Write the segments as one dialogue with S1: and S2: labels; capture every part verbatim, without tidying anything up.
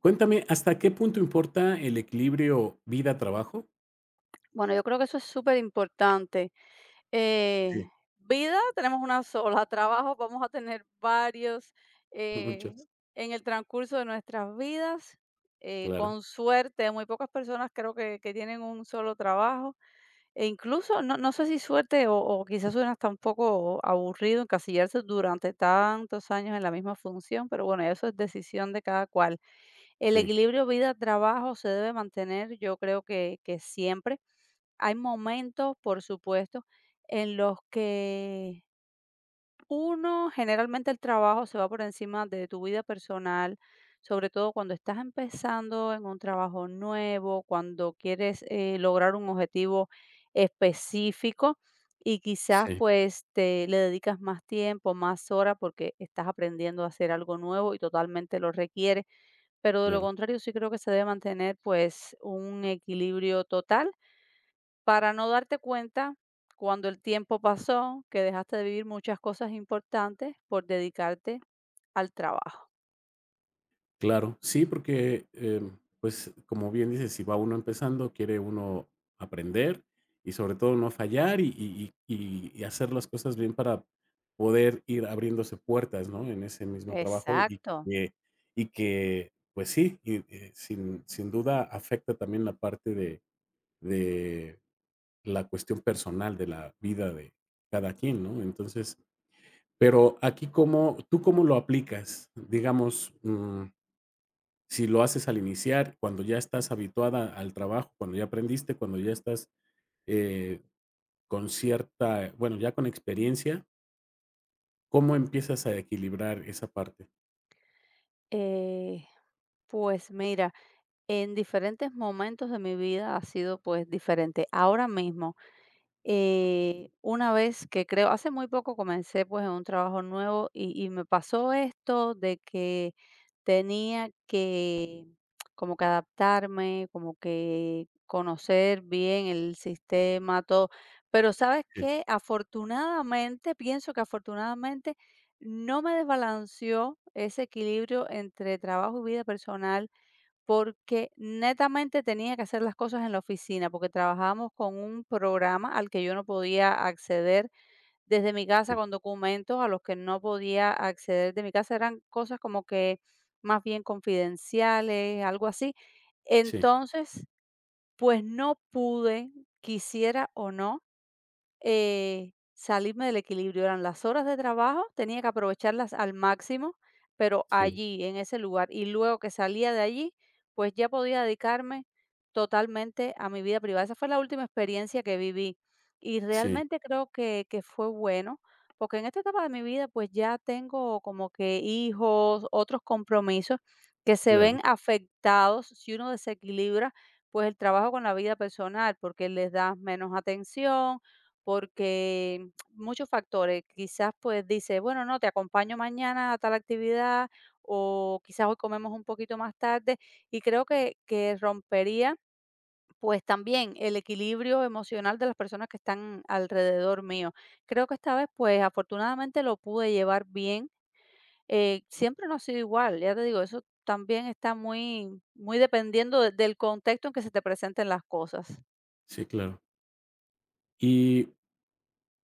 S1: Cuéntame, ¿hasta qué punto importa el equilibrio vida-trabajo?
S2: Bueno, yo creo que eso es superimportante.
S1: Sí.
S2: Eh, Vida tenemos una sola, trabajo vamos a tener varios eh,
S1: Muchos,
S2: en el transcurso de nuestras vidas. Eh,
S1: claro,
S2: con suerte, muy pocas personas creo que, que tienen un solo trabajo. E incluso, no, no sé si suerte o, o quizás suena hasta un poco aburrido encasillarse durante tantos años en la misma función, pero bueno, eso es decisión de cada cual. El
S1: sí.
S2: equilibrio vida-trabajo se debe mantener, yo creo que que siempre hay momentos, por supuesto, en los que uno, generalmente el trabajo se va por encima de tu vida personal, sobre todo cuando estás empezando en un trabajo nuevo, cuando quieres eh, lograr un objetivo específico y quizás
S1: Sí, sí,
S2: pues te le dedicas más tiempo, más horas porque estás aprendiendo a hacer algo nuevo y totalmente lo requiere. Pero de lo
S1: claro,
S2: contrario sí creo que se debe mantener pues un equilibrio total para no darte cuenta cuando el tiempo pasó que dejaste de vivir muchas cosas importantes por dedicarte al trabajo.
S1: claro. Sí, porque, em, pues, como bien dices, si va uno empezando, quiere uno aprender y sobre todo no fallar y y y y hacer las cosas bien para poder ir abriéndose puertas, ¿no?, en ese mismo trabajo y
S2: Exacto.
S1: que y que, pues sí, y, eh, sin sin duda afecta también la parte de la cuestión personal de la vida de cada quien, ¿no? Entonces, pero aquí cómo, ¿tú cómo lo aplicas? Digamos, mm, si lo haces al iniciar, cuando ya estás habituada al trabajo, cuando ya aprendiste, cuando ya estás eh, con cierta, bueno, ya con experiencia, ¿cómo empiezas a equilibrar esa parte?
S2: Eh, pues mira, en diferentes momentos de mi vida ha sido pues diferente. Ahora mismo, Eh, una vez que creo hace muy poco comencé, pues, en un trabajo nuevo y y me pasó esto de que tenía que, como que adaptarme, como que conocer bien el sistema, todo. Pero, ¿sabes
S1: Sí,
S2: que afortunadamente, pienso que afortunadamente no me desbalanceó ese equilibrio entre trabajo y vida personal? Porque netamente tenía que hacer las cosas en la oficina, porque trabajábamos con un programa al que yo no podía acceder desde mi casa,
S1: sí,
S2: con documentos a los que no podía acceder de mi casa. Eran cosas como que más bien confidenciales, algo así.
S1: sí,
S2: Entonces, pues no pude, quisiera o no, eh, salirme del equilibrio, eran las horas de trabajo, tenía que aprovecharlas al máximo, pero
S1: sí,
S2: allí, en ese lugar, y luego que salía de allí, pues ya podía dedicarme totalmente a mi vida privada. Esa fue la última experiencia que viví y
S1: sí,
S2: realmente creo que, que fue bueno, porque en esta etapa de mi vida, pues ya tengo como que hijos, otros compromisos que se
S1: claro,
S2: ven afectados si uno desequilibra pues el trabajo con la vida personal, porque les das menos atención, porque muchos factores, quizás pues dice, bueno, no, te acompaño mañana a tal actividad o quizás hoy comemos un poquito más tarde, y creo que, que rompería pues también el equilibrio emocional de las personas que están alrededor mío. Creo que esta vez pues afortunadamente lo pude llevar bien. Eh, siempre no ha sido igual, ya te digo, eso también está muy, muy dependiendo de- del contexto en que se te presenten las cosas.
S1: sí, claro. Y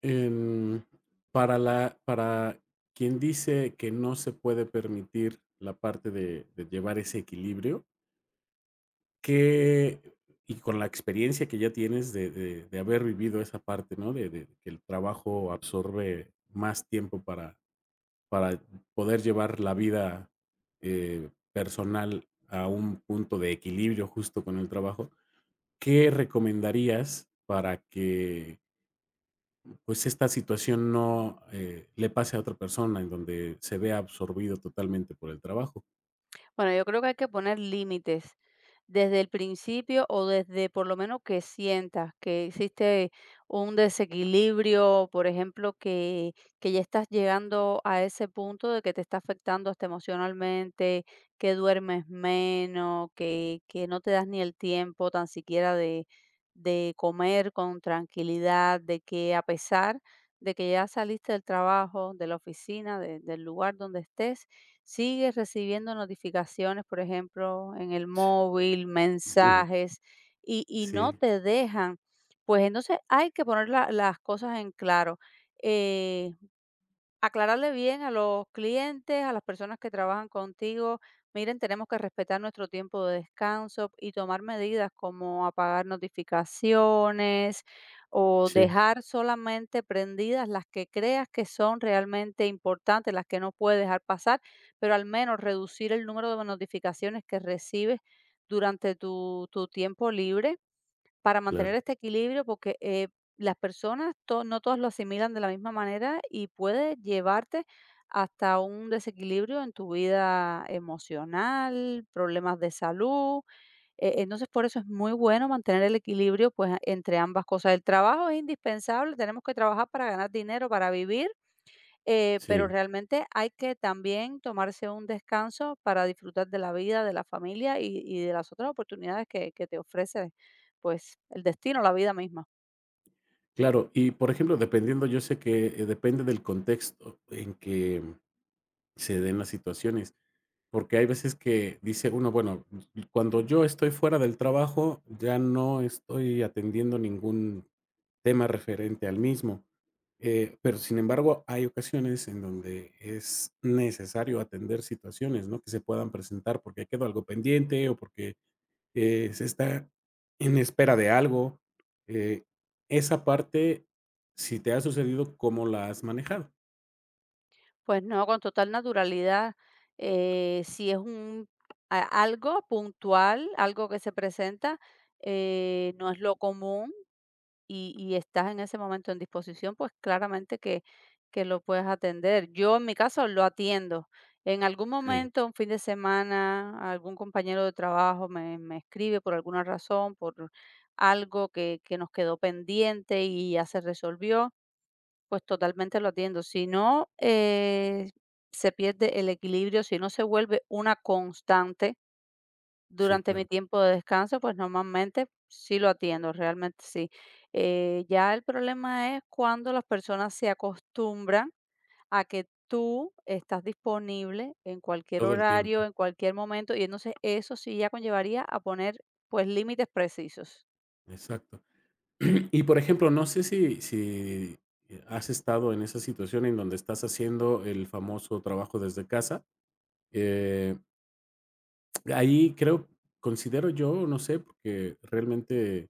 S1: Em, para la para quien dice que no se puede permitir la parte de de llevar ese equilibrio, que. Y con la experiencia que ya tienes de de de haber vivido esa parte, ¿no? De de que el trabajo absorbe más tiempo para para poder llevar la vida, eh, personal a un punto de equilibrio justo con el trabajo, ¿qué recomendarías para que pues esta situación no eh, le pase a otra persona en donde se vea absorbido totalmente por el trabajo?
S2: Bueno, yo creo que hay que poner límites desde el principio o desde por lo menos que sientas que existe un desequilibrio, por ejemplo, que, que ya estás llegando a ese punto de que te está afectando hasta emocionalmente, que duermes menos, que, que no te das ni el tiempo tan siquiera de, de comer con tranquilidad, de que a pesar de que ya saliste del trabajo, de la oficina, de- del lugar donde estés, sigues recibiendo notificaciones, por ejemplo, en el móvil,
S1: Sí,
S2: mensajes, y, y
S1: sí,
S2: no te dejan. Pues entonces hay que poner la- las cosas en claro. Eh, Aclararle bien a los clientes, a las personas que trabajan contigo: miren, tenemos que respetar nuestro tiempo de descanso y tomar medidas como apagar notificaciones o
S1: sí,
S2: dejar solamente prendidas las que creas que son realmente importantes, las que no puedes dejar pasar, pero al menos reducir el número de notificaciones que recibes durante tu, tu tiempo libre para
S1: claro,
S2: mantener este equilibrio, porque eh, las personas to- no todas lo asimilan de la misma manera y puede llevarte hasta un desequilibrio en tu vida emocional, problemas de salud. Eh, entonces, por eso es muy bueno mantener el equilibrio pues, entre ambas cosas. El trabajo es indispensable, tenemos que trabajar para ganar dinero, para vivir, eh, pero
S1: sí,
S2: realmente hay que también tomarse un descanso para disfrutar de la vida, de la familia y, y de las otras oportunidades que, que te ofrece, pues, el destino, la vida misma.
S1: claro. Y por ejemplo, dependiendo, yo sé que eh, depende del contexto en que se den las situaciones. Porque hay veces que dice uno, bueno, cuando yo estoy fuera del trabajo, ya no estoy atendiendo ningún tema referente al mismo. Eh, pero sin embargo, hay ocasiones en donde es necesario atender situaciones, ¿no? Que se puedan presentar porque quedó algo pendiente o porque eh, se está en espera de algo. Eh, Esa parte, si te ha sucedido, ¿cómo la has manejado?
S2: Pues no, con total naturalidad, eh, si es un a- algo puntual, algo que se presenta, eh, no es lo común, y y estás en ese momento en disposición, pues claramente que que lo puedes atender. Yo en mi caso lo atiendo. En algún
S1: Sí.
S2: momento, un fin de semana, algún compañero de trabajo me me escribe por alguna razón, por algo que que nos quedó pendiente y ya se resolvió, pues totalmente lo atiendo. Si no, eh, se pierde el equilibrio, si no se vuelve una constante
S1: Sí,
S2: durante mi
S1: claro,
S2: tiempo de descanso, pues, normalmente sí lo atiendo, realmente sí. Eh, ya el problema es cuando las personas se acostumbran a que tú estás disponible en cualquier
S1: todo el
S2: horario,
S1: tiempo.
S2: en cualquier momento, y entonces eso sí ya conllevaría a poner, pues, límites precisos.
S1: Exacto. Y, por ejemplo, no sé si si has estado en esa situación en donde estás haciendo el famoso trabajo desde casa. Eh, Ahí creo, considero yo, no sé, porque realmente,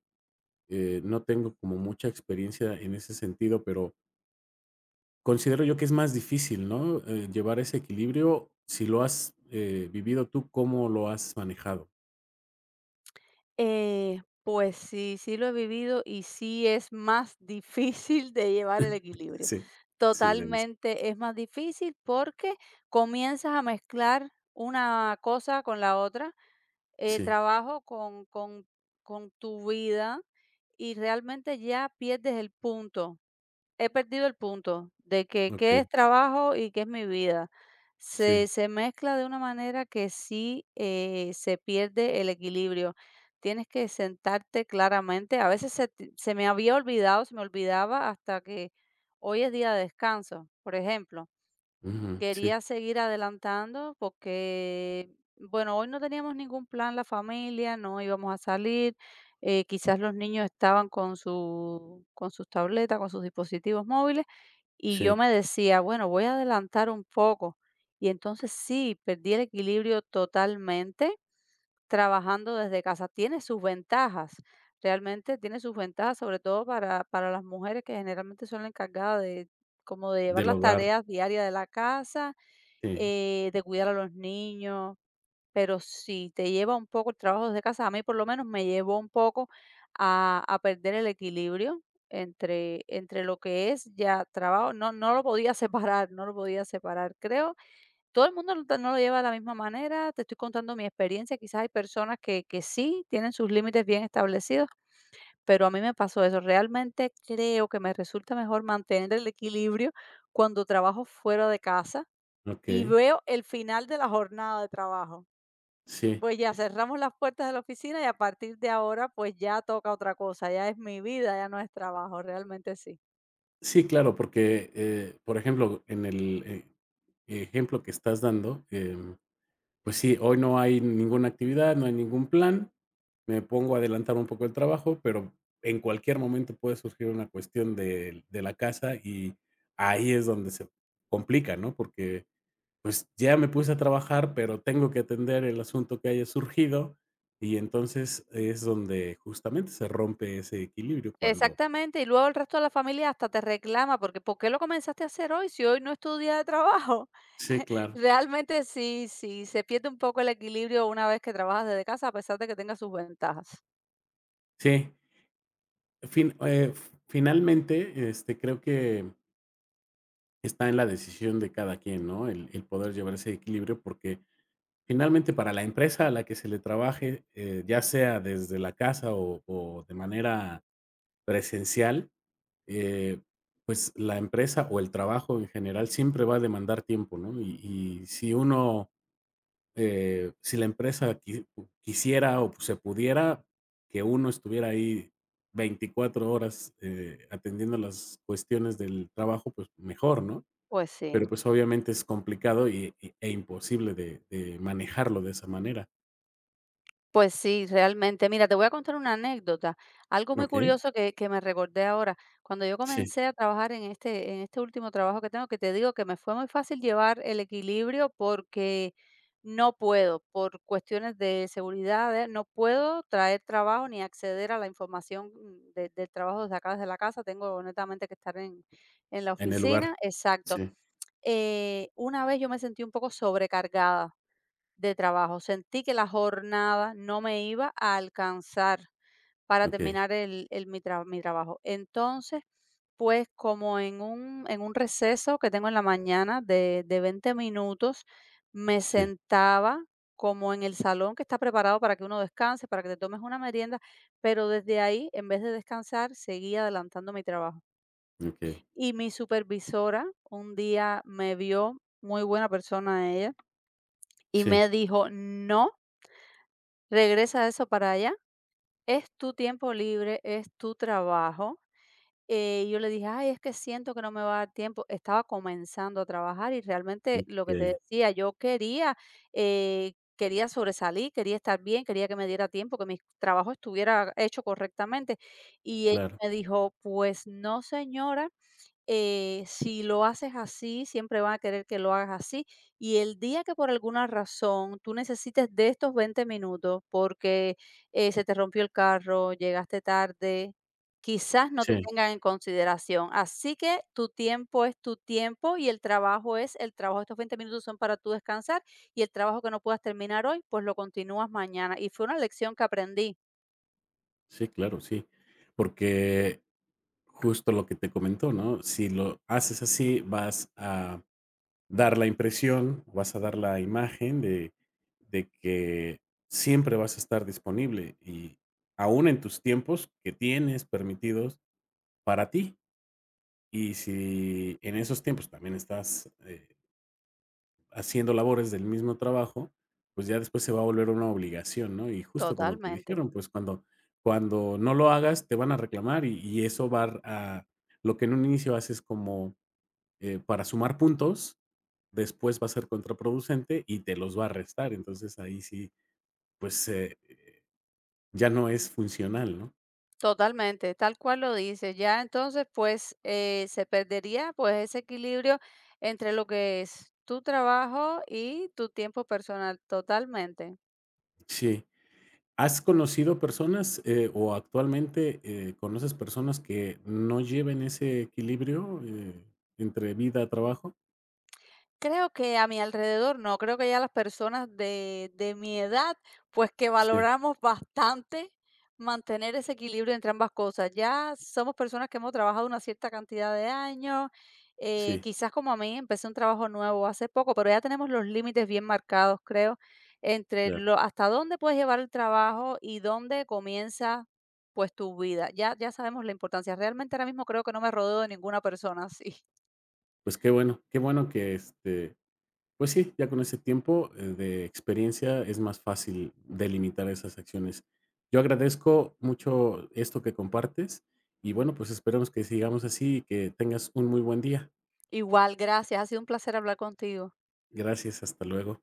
S1: eh, no tengo como mucha experiencia en ese sentido, pero considero yo que es más difícil, ¿no?, eh, llevar ese equilibrio. Si lo has, eh, vivido tú, ¿cómo lo has manejado?
S2: Eh, pues sí, sí lo he vivido y sí es más difícil de llevar el equilibrio.
S1: Sí, sí, Denise.
S2: Totalmente es más difícil porque comienzas a mezclar una cosa con la otra, eh,
S1: Sí,
S2: trabajo con, con, con tu vida y realmente ya pierdes el punto. He perdido el punto de que qué
S1: okey,
S2: es trabajo y qué es mi vida. Se,
S1: sí,
S2: se mezcla de una manera que sí, eh, se pierde el equilibrio. Tienes que sentarte claramente. A veces se, te- se me había olvidado, se me olvidaba hasta que hoy es día de descanso, por ejemplo.
S1: ujú, sí,
S2: Quería seguir adelantando porque, bueno, hoy no teníamos ningún plan la familia, no íbamos a salir, eh, quizás los niños estaban con su, con sus tabletas, con sus dispositivos móviles, y yo
S1: sí,
S2: me decía, bueno, voy a adelantar un poco. Y entonces sí, perdí el equilibrio totalmente trabajando desde casa. Tiene sus ventajas, realmente tiene sus ventajas, sobre todo para, para las mujeres que generalmente son las encargadas de, como de llevar
S1: del
S2: las
S1: hogar,
S2: tareas diarias de la casa,
S1: sí.
S2: eh, de cuidar a los niños, pero sí, te lleva un poco el trabajo desde casa. A mí por lo menos me llevó un poco a, a perder el equilibrio entre, entre lo que es ya trabajo. No, no lo podía separar, no lo podía separar, creo. Todo el mundo no, ta- no lo lleva de la misma manera. Te estoy contando mi experiencia. Quizás hay personas que, que sí tienen sus límites bien establecidos, pero a mí me pasó eso. Realmente creo que me resulta mejor mantener el equilibrio cuando trabajo fuera de casa y
S1: Okey,
S2: veo el final de la jornada de trabajo.
S1: sí.
S2: Pues ya cerramos las puertas de la oficina y a partir de ahora pues ya toca otra cosa, ya es mi vida, ya no es trabajo, realmente sí.
S1: Sí, claro, porque, eh, por ejemplo, en el e ejemplo que estás dando, em, pues sí, hoy no hay ninguna actividad, no hay ningún plan, me pongo a adelantar un poco el trabajo, pero en cualquier momento puede surgir una cuestión de de la casa y ahí es donde se complica, ¿no? Porque, pues, ya me puse a trabajar, pero tengo que atender el asunto que haya surgido, y entonces es donde justamente se rompe ese equilibrio cuando.
S2: Exactamente, y luego el resto de la familia hasta te reclama porque ¿por qué lo comenzaste a hacer hoy si hoy no es tu día de trabajo?
S1: Sí, claro.
S2: Realmente sí, sí, se pierde un poco el equilibrio una vez que trabajas desde casa a pesar de que tenga sus ventajas.
S1: Sí, fin eh, f- finalmente, este, creo que está en la decisión de cada quien, ¿no? El el poder llevar ese equilibrio, porque finalmente para la empresa a la que se le trabaje, eh, ya sea desde la casa o o de manera presencial, eh, pues la empresa o el trabajo en general siempre va a demandar tiempo, ¿no? Y y si uno. Eh, si la empresa qui quisiera o se pudiera, que uno estuviera ahí veinticuatro horas, eh, atendiendo las cuestiones del trabajo, pues mejor, ¿no?
S2: Pues sí.
S1: Pero, pues, obviamente es complicado y y e imposible de de manejarlo de esa manera.
S2: Pues sí, realmente. Mira, te voy a contar una anécdota, algo muy
S1: Okey,
S2: curioso que, que me recordé ahora. Cuando yo
S1: sí,
S2: comencé a trabajar en este, en este último trabajo que tengo, que te digo que me fue muy fácil llevar el equilibrio porque no puedo, por cuestiones de seguridad, eh, no puedo traer trabajo ni acceder a la información, mm, de- del trabajo desde acá, desde la casa. Tengo netamente que estar en, en la
S1: en el lugar,
S2: oficina. Exacto.
S1: sí,
S2: Eh, una vez yo me sentí un poco sobrecargada de trabajo. Sentí que la jornada no me iba a alcanzar para
S1: okey,
S2: terminar el, el- mi, tra- mi trabajo. Entonces, pues como en un, en un receso que tengo en la mañana de, de veinte minutos, me
S1: sí,
S2: sentaba como en el salón que está preparado para que uno descanse, para que te tomes una merienda, pero desde ahí, en vez de descansar, seguía adelantando mi trabajo.
S1: okey,
S2: Y mi supervisora un día me vio, muy buena persona ella, y
S1: sí,
S2: me dijo, no, regresa eso para allá, es tu tiempo libre, es tu trabajo. Eh, yo le dije: "Ay, es que siento que no me va a dar tiempo". Estaba comenzando a trabajar y realmente lo que te
S1: okey,
S2: decía, yo quería, eh, quería sobresalir, quería estar bien, quería que me diera tiempo, que mi trabajo estuviera hecho correctamente. Y ella
S1: claro,
S2: me dijo: "Pues no, señora, eh, si lo haces así, siempre van a querer que lo hagas así. Y el día que por alguna razón tú necesites de estos veinte minutos porque eh, se te rompió el carro, llegaste tarde, quizás no te
S1: sí,
S2: tengan en consideración. Así que tu tiempo es tu tiempo y el trabajo es el trabajo. Estos veinte minutos son para tú descansar y el trabajo que no puedas terminar hoy, pues lo continúas mañana". Y fue una lección que aprendí
S1: sí, claro, sí. Porque justo lo que te comentó, ¿no? Si lo haces así, vas a dar la impresión, vas a dar la imagen de, de que siempre vas a estar disponible y aún en tus tiempos que tienes permitidos para ti. Y si en esos tiempos también estás eh, haciendo labores del mismo trabajo, pues ya después se va a volver una obligación, ¿no? Y justo como te
S2: totalmente.
S1: dijeron, pues cuando, cuando no lo hagas, te van a reclamar y, y eso va a lo que en un inicio haces como eh, para sumar puntos, después va a ser contraproducente y te los va a restar. Entonces ahí sí, pues eh, ya no es funcional, ¿no?
S2: Totalmente, tal cual lo dices. Ya entonces, pues, eh, se perdería, pues, ese equilibrio entre lo que es tu trabajo y tu tiempo personal, totalmente.
S1: Sí. ¿Has conocido personas eh, o actualmente eh, conoces personas que no lleven ese equilibrio eh, entre vida y trabajo?
S2: Creo que a mi alrededor no, creo que ya las personas de, de mi edad, pues que
S1: Sí,
S2: valoramos bastante mantener ese equilibrio entre ambas cosas. Ya somos personas que hemos trabajado una cierta cantidad de años, eh,
S1: sí,
S2: quizás como a mí, empecé un trabajo nuevo hace poco, pero ya tenemos los límites bien marcados, creo, entre
S1: claro.
S2: lo, hasta dónde puedes llevar el trabajo y dónde comienza pues tu vida. Ya, ya sabemos la importancia. Realmente ahora mismo creo que no me rodeo de ninguna persona así.
S1: Pues qué bueno, qué bueno que este. Pues sí, ya con ese tiempo, eh, de experiencia es más fácil delimitar esas acciones. Yo agradezco mucho esto que compartes y bueno, pues esperemos que sigamos así y que tengas un muy buen día.
S2: Igual, gracias. Ha sido un placer hablar contigo.
S1: Gracias, hasta luego.